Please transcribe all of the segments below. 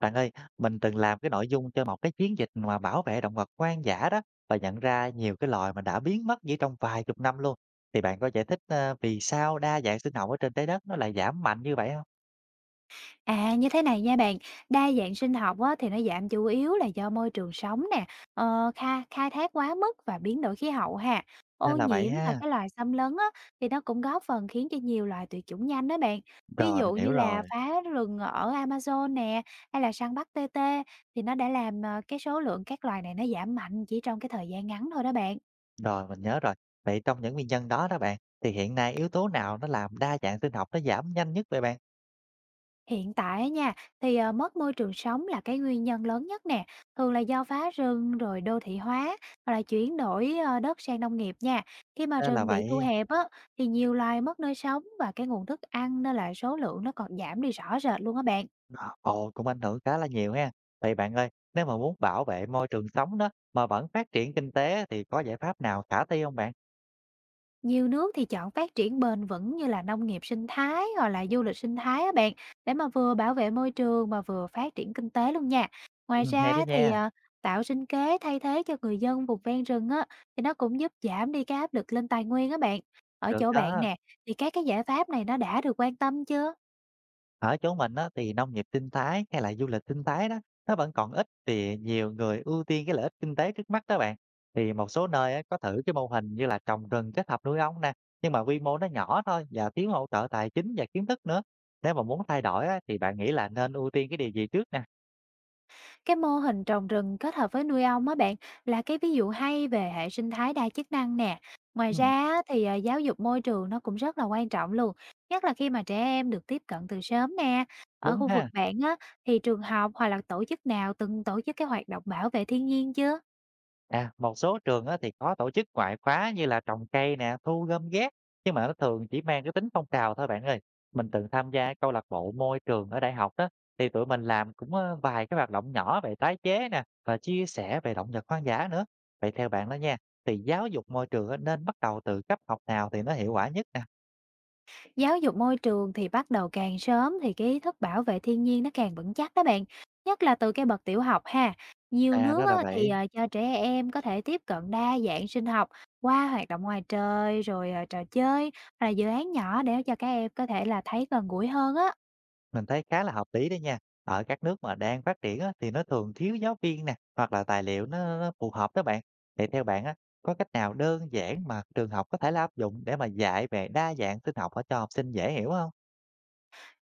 Bạn ơi, mình từng làm cái nội dung cho một cái chiến dịch mà bảo vệ động vật hoang dã đó và nhận ra nhiều cái loài mà đã biến mất chỉ trong vài chục năm luôn. Thì bạn có giải thích vì sao đa dạng sinh học ở trên trái đất nó lại giảm mạnh như vậy không? À, như thế này nha bạn, đa dạng sinh học á, thì nó giảm chủ yếu là do môi trường sống nè, khai thác quá mức và biến đổi khí hậu ha. Nên Ô là vậy nhiễm và ha. cái loài xâm lấn á, thì nó cũng góp phần khiến cho nhiều loài tuyệt chủng nhanh đó bạn. Ví Rồi dụ mình hiểu như rồi. là phá rừng ở Amazon nè, hay là săn bắt tê tê thì nó đã làm cái số lượng các loài này nó giảm mạnh chỉ trong cái thời gian ngắn thôi đó bạn. Rồi mình nhớ rồi. Vậy trong những nguyên nhân đó đó bạn, thì hiện nay yếu tố nào nó làm đa dạng sinh học nó giảm nhanh nhất vậy bạn? Hiện tại á nha, thì, mất môi trường sống là cái nguyên nhân lớn nhất nè, thường là do phá rừng rồi đô thị hóa hoặc là chuyển đổi đất sang nông nghiệp nha. Khi mà Nên là rừng bị thu vậy. hẹp á, thì nhiều loài mất nơi sống và cái nguồn thức ăn nên là số lượng nó còn giảm đi rõ rệt luôn á bạn. Ờ, Ồ, cũng ảnh hưởng khá là nhiều ha. Vậy bạn ơi, nếu mà muốn bảo vệ môi trường sống đó mà vẫn phát triển kinh tế thì có giải pháp nào khả thi không bạn? Nhiều nước thì chọn phát triển bền vững như là nông nghiệp sinh thái hoặc là du lịch sinh thái á bạn, để mà vừa bảo vệ môi trường mà vừa phát triển kinh tế luôn nha. Ngoài Hay đó ra thì, nha, à, tạo sinh kế thay thế cho người dân vùng ven rừng á, thì nó cũng giúp giảm đi cái áp lực lên tài nguyên á bạn. Ở được chỗ bạn đó. nè, thì các cái giải pháp này nó đã được quan tâm chưa? Ở chỗ mình á, thì nông nghiệp sinh thái hay là du lịch sinh thái đó, nó vẫn còn ít thì nhiều người ưu tiên cái lợi ích kinh tế trước mắt đó bạn. Thì một số nơi á, có thử cái mô hình như là trồng rừng kết hợp nuôi ong nè, nhưng mà quy mô nó nhỏ thôi và thiếu hỗ trợ tài chính và kiến thức nữa. Nếu mà muốn thay đổi á, thì bạn nghĩ là nên ưu tiên cái điều gì trước nè? Cái mô hình trồng rừng kết hợp với nuôi ong á bạn là cái ví dụ hay về hệ sinh thái đa chức năng nè. Ngoài ra Ừm, á, thì à, giáo dục môi trường nó cũng rất là quan trọng luôn, nhất là khi mà trẻ em được tiếp cận từ sớm nè. Ở đúng khu vực ha. bạn á thì trường học hoặc là tổ chức nào từng tổ chức cái hoạt động bảo vệ thiên nhiên chưa? À, một số trường á, thì có tổ chức ngoại khóa như là trồng cây nè, thu gom rác, nhưng mà nó thường chỉ mang cái tính phong trào thôi bạn ơi. Mình từng tham gia câu lạc bộ môi trường ở đại học đó, thì tụi mình làm cũng vài cái hoạt động nhỏ về tái chế nè và chia sẻ về động vật hoang dã nữa. Vậy theo bạn đó nha, thì giáo dục môi trường á, nên bắt đầu từ cấp học nào thì nó hiệu quả nhất nè? Giáo dục môi trường thì bắt đầu càng sớm thì cái ý thức bảo vệ thiên nhiên nó càng vững chắc đó bạn, nhất là từ cái bậc tiểu học ha. Nhiều À, đó nước là á, thì, vậy. ờ, cho trẻ em có thể tiếp cận đa dạng sinh học qua hoạt động ngoài trời, rồi trò chơi, hoặc là dự án nhỏ để cho các em có thể là thấy gần gũi hơn á. Mình thấy khá là hợp lý đấy nha. Ở các nước mà đang phát triển á, thì nó thường thiếu giáo viên nè, hoặc là tài liệu nó phù hợp đó bạn. Thì theo bạn á, có cách nào đơn giản mà trường học có thể là áp dụng để mà dạy về đa dạng sinh học ở cho học sinh dễ hiểu không?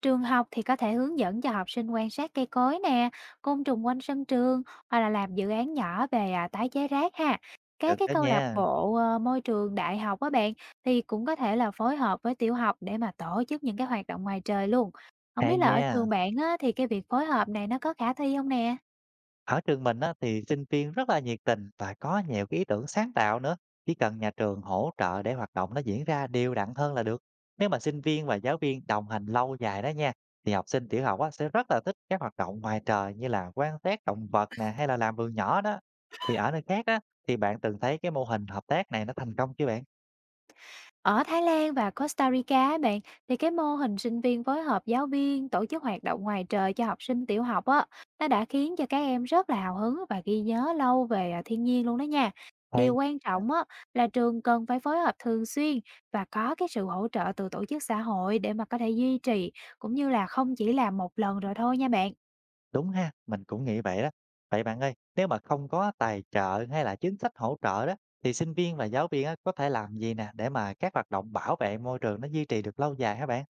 Trường học thì có thể hướng dẫn cho học sinh quan sát cây cối nè, côn trùng quanh sân trường hoặc là làm dự án nhỏ về tái chế rác ha. Được Các cái đó câu lạc nha. bộ môi trường đại học á bạn thì cũng có thể là phối hợp với tiểu học để mà tổ chức những cái hoạt động ngoài trời luôn. Không Hay biết là ở nha. trường bạn á, thì cái việc phối hợp này nó có khả thi không nè? Ở trường mình á, thì sinh viên rất là nhiệt tình và có nhiều cái ý tưởng sáng tạo nữa. Chỉ cần nhà trường hỗ trợ để hoạt động nó diễn ra đều đặn hơn là được. Nếu mà sinh viên và giáo viên đồng hành lâu dài đó nha, thì học sinh tiểu học á, sẽ rất là thích các hoạt động ngoài trời như là quan sát động vật nè hay là làm vườn nhỏ đó. Thì ở nơi khác á, thì bạn từng thấy cái mô hình hợp tác này nó thành công chưa bạn? Ở Thái Lan và Costa Rica á bạn, thì cái mô hình sinh viên phối hợp giáo viên tổ chức hoạt động ngoài trời cho học sinh tiểu học á, nó đã khiến cho các em rất là hào hứng và ghi nhớ lâu về thiên nhiên luôn đó nha. Hay. Điều quan trọng á, là trường cần phải phối hợp thường xuyên và có cái sự hỗ trợ từ tổ chức xã hội để mà có thể duy trì cũng như là không chỉ làm một lần rồi thôi nha bạn. Đúng ha, mình cũng nghĩ vậy đó. Vậy bạn ơi, nếu mà không có tài trợ hay là chính sách hỗ trợ đó, thì sinh viên và giáo viên á, có thể làm gì nè để mà các hoạt động bảo vệ môi trường nó duy trì được lâu dài hả bạn?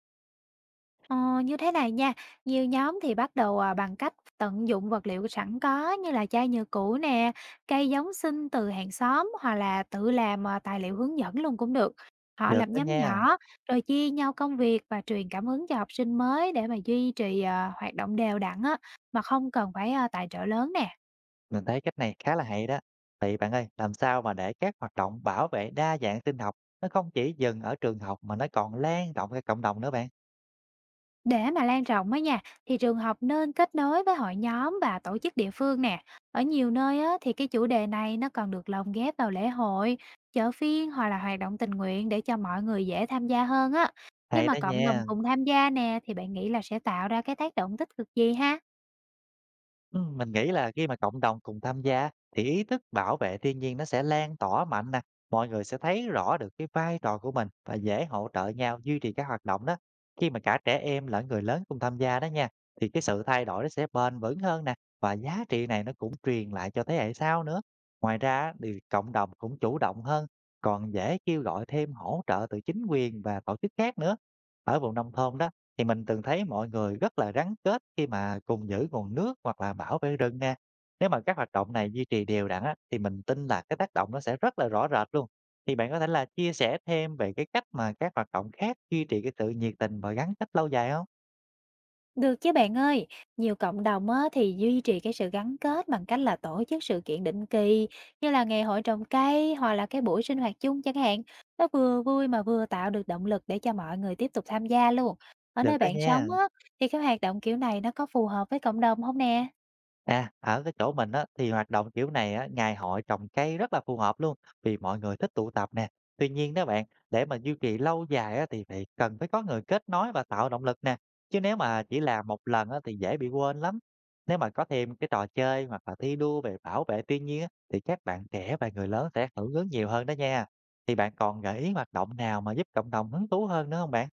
Ờ, Như thế này nha, nhiều nhóm thì bắt đầu bằng cách tận dụng vật liệu sẵn có như là chai nhựa cũ nè, cây giống sinh từ hàng xóm hoặc là tự làm tài liệu hướng dẫn luôn cũng được. Họ Được lập đó nhóm nha, nhỏ rồi chia nhau công việc và truyền cảm hứng cho học sinh mới để mà duy trì hoạt động đều đặn á, mà không cần phải tài trợ lớn nè. mình thấy cách này khá là hay đó. Vậy bạn ơi, làm sao mà để các hoạt động bảo vệ đa dạng sinh học nó không chỉ dừng ở trường học mà nó còn lan rộng ra cộng đồng nữa bạn? Để mà lan rộng á nha, thì trường học nên kết nối với hội nhóm và tổ chức địa phương nè. Ở nhiều nơi á, thì cái chủ đề này nó còn được lồng ghép vào lễ hội, chợ phiên hoặc là hoạt động tình nguyện để cho mọi người dễ tham gia hơn á. Khi Hay mà đó cộng đồng nha. cùng tham gia nè, thì bạn nghĩ là sẽ tạo ra cái tác động tích cực gì ha? Mình nghĩ là khi mà cộng đồng cùng tham gia thì ý thức bảo vệ thiên nhiên nó sẽ lan tỏa mạnh nè, mọi người sẽ thấy rõ được cái vai trò của mình và dễ hỗ trợ nhau duy trì các hoạt động đó. Khi mà cả trẻ em lẫn người lớn cùng tham gia đó nha, thì cái sự thay đổi nó sẽ bền vững hơn nè và giá trị này nó cũng truyền lại cho thế hệ sau nữa. Ngoài ra á, thì cộng đồng cũng chủ động hơn, còn dễ kêu gọi thêm hỗ trợ từ chính quyền và tổ chức khác nữa. Ở vùng nông thôn đó thì mình từng thấy mọi người rất là gắn kết khi mà cùng giữ nguồn nước hoặc là bảo vệ rừng nha. Nếu mà các hoạt động này duy trì đều đặn á, thì mình tin là cái tác động nó sẽ rất là rõ rệt luôn. Thì bạn có thể là chia sẻ thêm về cái cách mà các hoạt động khác duy trì cái sự nhiệt tình và gắn kết lâu dài không? Được chứ bạn ơi, nhiều cộng đồng á, thì duy trì cái sự gắn kết bằng cách là tổ chức sự kiện định kỳ như là ngày hội trồng cây hoặc là cái buổi sinh hoạt chung chẳng hạn. Nó vừa vui mà vừa tạo được động lực để cho mọi người tiếp tục tham gia luôn. Ở Được nơi đó bạn nha. sống á, thì cái hoạt động kiểu này nó có phù hợp với cộng đồng không nè? À, ở cái chỗ mình á, thì hoạt động kiểu này á, ngày hội trồng cây rất là phù hợp luôn vì mọi người thích tụ tập nè. Tuy nhiên đó bạn, để mà duy trì lâu dài á, thì phải cần phải có người kết nối và tạo động lực nè. Chứ nếu mà chỉ làm một lần á, thì dễ bị quên lắm. Nếu mà có thêm cái trò chơi hoặc là thi đua về bảo vệ thiên nhiên á, thì các bạn trẻ và người lớn sẽ hưởng ứng nhiều hơn đó nha. Thì bạn còn gợi ý hoạt động nào mà giúp cộng đồng hứng thú hơn nữa không bạn?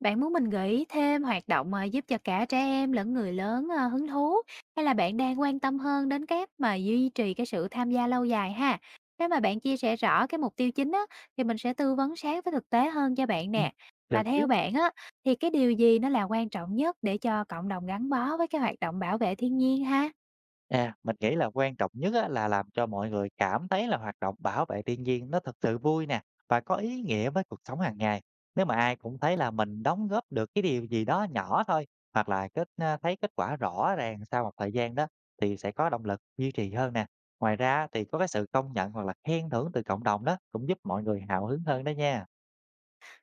Bạn muốn mình gợi ý thêm hoạt động, à, giúp cho cả trẻ em lẫn người lớn hứng thú, hay là bạn đang quan tâm hơn đến cái mà duy trì cái sự tham gia lâu dài ha? Nếu mà bạn chia sẻ rõ cái mục tiêu chính á, thì mình sẽ tư vấn sát với thực tế hơn cho bạn Ừ. nè. Được Và theo chứ. bạn á, thì cái điều gì nó là quan trọng nhất để cho cộng đồng gắn bó với cái hoạt động bảo vệ thiên nhiên ha? À, mình nghĩ là quan trọng nhất á, là làm cho mọi người cảm thấy là hoạt động bảo vệ thiên nhiên nó thật sự vui nè và có ý nghĩa với cuộc sống hàng ngày. Nếu mà ai cũng thấy là mình đóng góp được cái điều gì đó nhỏ thôi hoặc là thấy kết quả rõ ràng sau một thời gian đó thì sẽ có động lực duy trì hơn nè. Ngoài ra thì có cái sự công nhận hoặc là khen thưởng từ cộng đồng đó cũng giúp mọi người hào hứng hơn đó nha.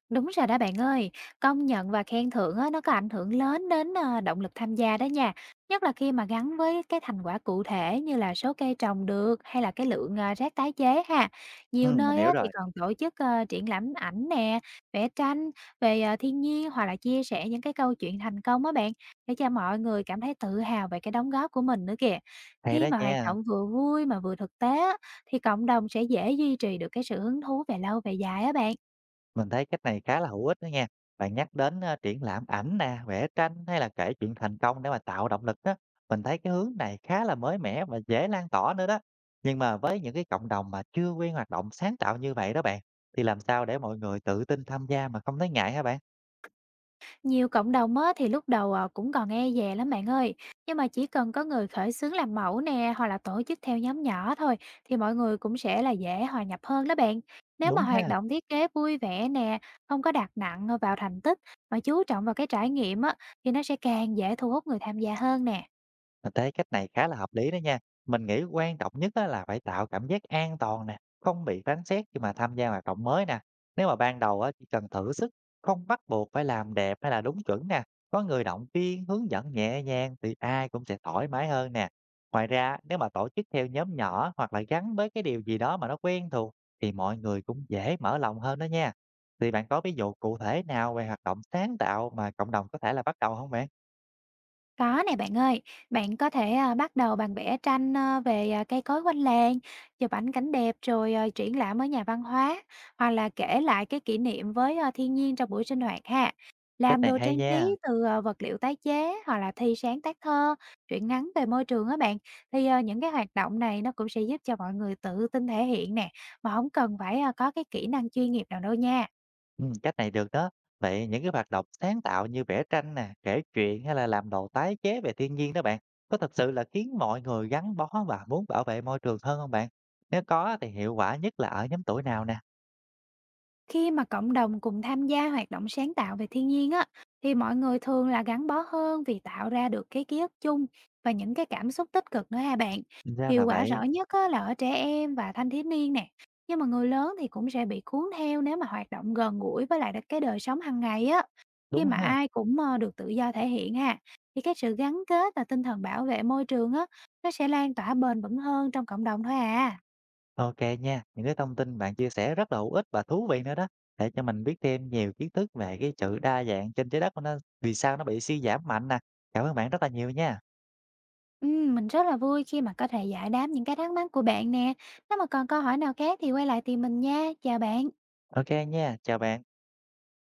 Đúng rồi đó bạn ơi, công nhận và khen thưởng á, nó có ảnh hưởng lớn đến động lực tham gia đó nha. Nhất là khi mà gắn với cái thành quả cụ thể như là số cây trồng được hay là cái lượng rác tái chế ha. Nhiều Ừ, mình nơi hiểu á, thì rồi. còn tổ chức, ờ, triển lãm ảnh nè, vẽ tranh về thiên nhiên hoặc là chia sẻ những cái câu chuyện thành công á bạn, để cho mọi người cảm thấy tự hào về cái đóng góp của mình nữa kìa. Hay đó Khi mà hoạt nha. động vừa vui mà vừa thực tế á, thì cộng đồng sẽ dễ duy trì được cái sự hứng thú về lâu về dài á bạn. Mình thấy cách này khá là hữu ích đó nha. Bạn nhắc đến triển lãm ảnh nè, vẽ tranh hay là kể chuyện thành công để mà tạo động lực đó. Mình thấy cái hướng này khá là mới mẻ và dễ lan tỏa nữa đó. Nhưng mà với những cái cộng đồng mà chưa quen hoạt động sáng tạo như vậy đó bạn, thì làm sao để mọi người tự tin tham gia mà không thấy ngại hả bạn? Nhiều cộng đồng á, thì lúc đầu cũng còn e dè lắm bạn ơi. Nhưng mà chỉ cần có người khởi xướng làm mẫu nè hoặc là tổ chức theo nhóm nhỏ thôi thì mọi người cũng sẽ là dễ hòa nhập hơn đó bạn. Nếu mà Đúng hoạt ha. động thiết kế vui vẻ nè, không có đặt nặng vào thành tích mà chú trọng vào cái trải nghiệm á, thì nó sẽ càng dễ thu hút người tham gia hơn nè. Mình thấy cách này khá là hợp lý đó nha. Mình nghĩ quan trọng nhất á là phải tạo cảm giác an toàn nè, không bị phán xét khi mà tham gia hoạt động mới nè. Nếu mà ban đầu á, chỉ cần thử sức, không bắt buộc phải làm đẹp hay là đúng chuẩn nè. Có người động viên, hướng dẫn nhẹ nhàng thì ai cũng sẽ thoải mái hơn nè. Ngoài ra, nếu mà tổ chức theo nhóm nhỏ hoặc là gắn với cái điều gì đó mà nó quen thuộc thì mọi người cũng dễ mở lòng hơn đó nha. Thì bạn có ví dụ cụ thể nào về hoạt động sáng tạo mà cộng đồng có thể là bắt đầu không bạn? Có nè bạn ơi, bạn có thể bắt đầu bằng vẽ tranh về cây cối quanh làng, chụp ảnh cảnh đẹp rồi triển lãm ở nhà văn hóa, hoặc là kể lại cái kỷ niệm với thiên nhiên trong buổi sinh hoạt ha. Cách Làm này đồ hay trang nha. trí từ vật liệu tái chế hoặc là thi sáng tác thơ, truyện ngắn về môi trường á bạn, thì những cái hoạt động này nó cũng sẽ giúp cho mọi người tự tin thể hiện nè, mà không cần phải có cái kỹ năng chuyên nghiệp nào đâu nha. Cách này được đó. Vậy những cái hoạt động sáng tạo như vẽ tranh nè, kể chuyện hay là làm đồ tái chế về thiên nhiên đó bạn, có thật sự là khiến mọi người gắn bó và muốn bảo vệ môi trường hơn không bạn? Nếu có thì hiệu quả nhất là ở nhóm tuổi nào nè? Khi mà cộng đồng cùng tham gia hoạt động sáng tạo về thiên nhiên á thì mọi người thường là gắn bó hơn vì tạo ra được cái ký ức chung và những cái cảm xúc tích cực nữa ha bạn. Ra là Hiệu quả vậy, rõ nhất á, là ở trẻ em và thanh thiếu niên nè. Nhưng mà người lớn thì cũng sẽ bị cuốn theo nếu mà hoạt động gần gũi với lại cái đời sống hàng ngày á. Khi đúng mà ha. ai cũng được tự do thể hiện ha thì cái sự gắn kết và tinh thần bảo vệ môi trường á nó sẽ lan tỏa bền vững hơn trong cộng đồng thôi à. Ok nha, những cái thông tin bạn chia sẻ rất là hữu ích và thú vị nữa đó. Để cho mình biết thêm nhiều kiến thức về cái sự đa dạng trên trái đất của nó, vì sao nó bị suy giảm mạnh nè. Cảm ơn bạn rất là nhiều nha. Mình rất là vui khi mà có thể giải đáp những cái thắc mắc của bạn nè. Nếu mà còn câu hỏi nào khác thì quay lại tìm mình nha. Chào bạn. Ok nha, chào bạn.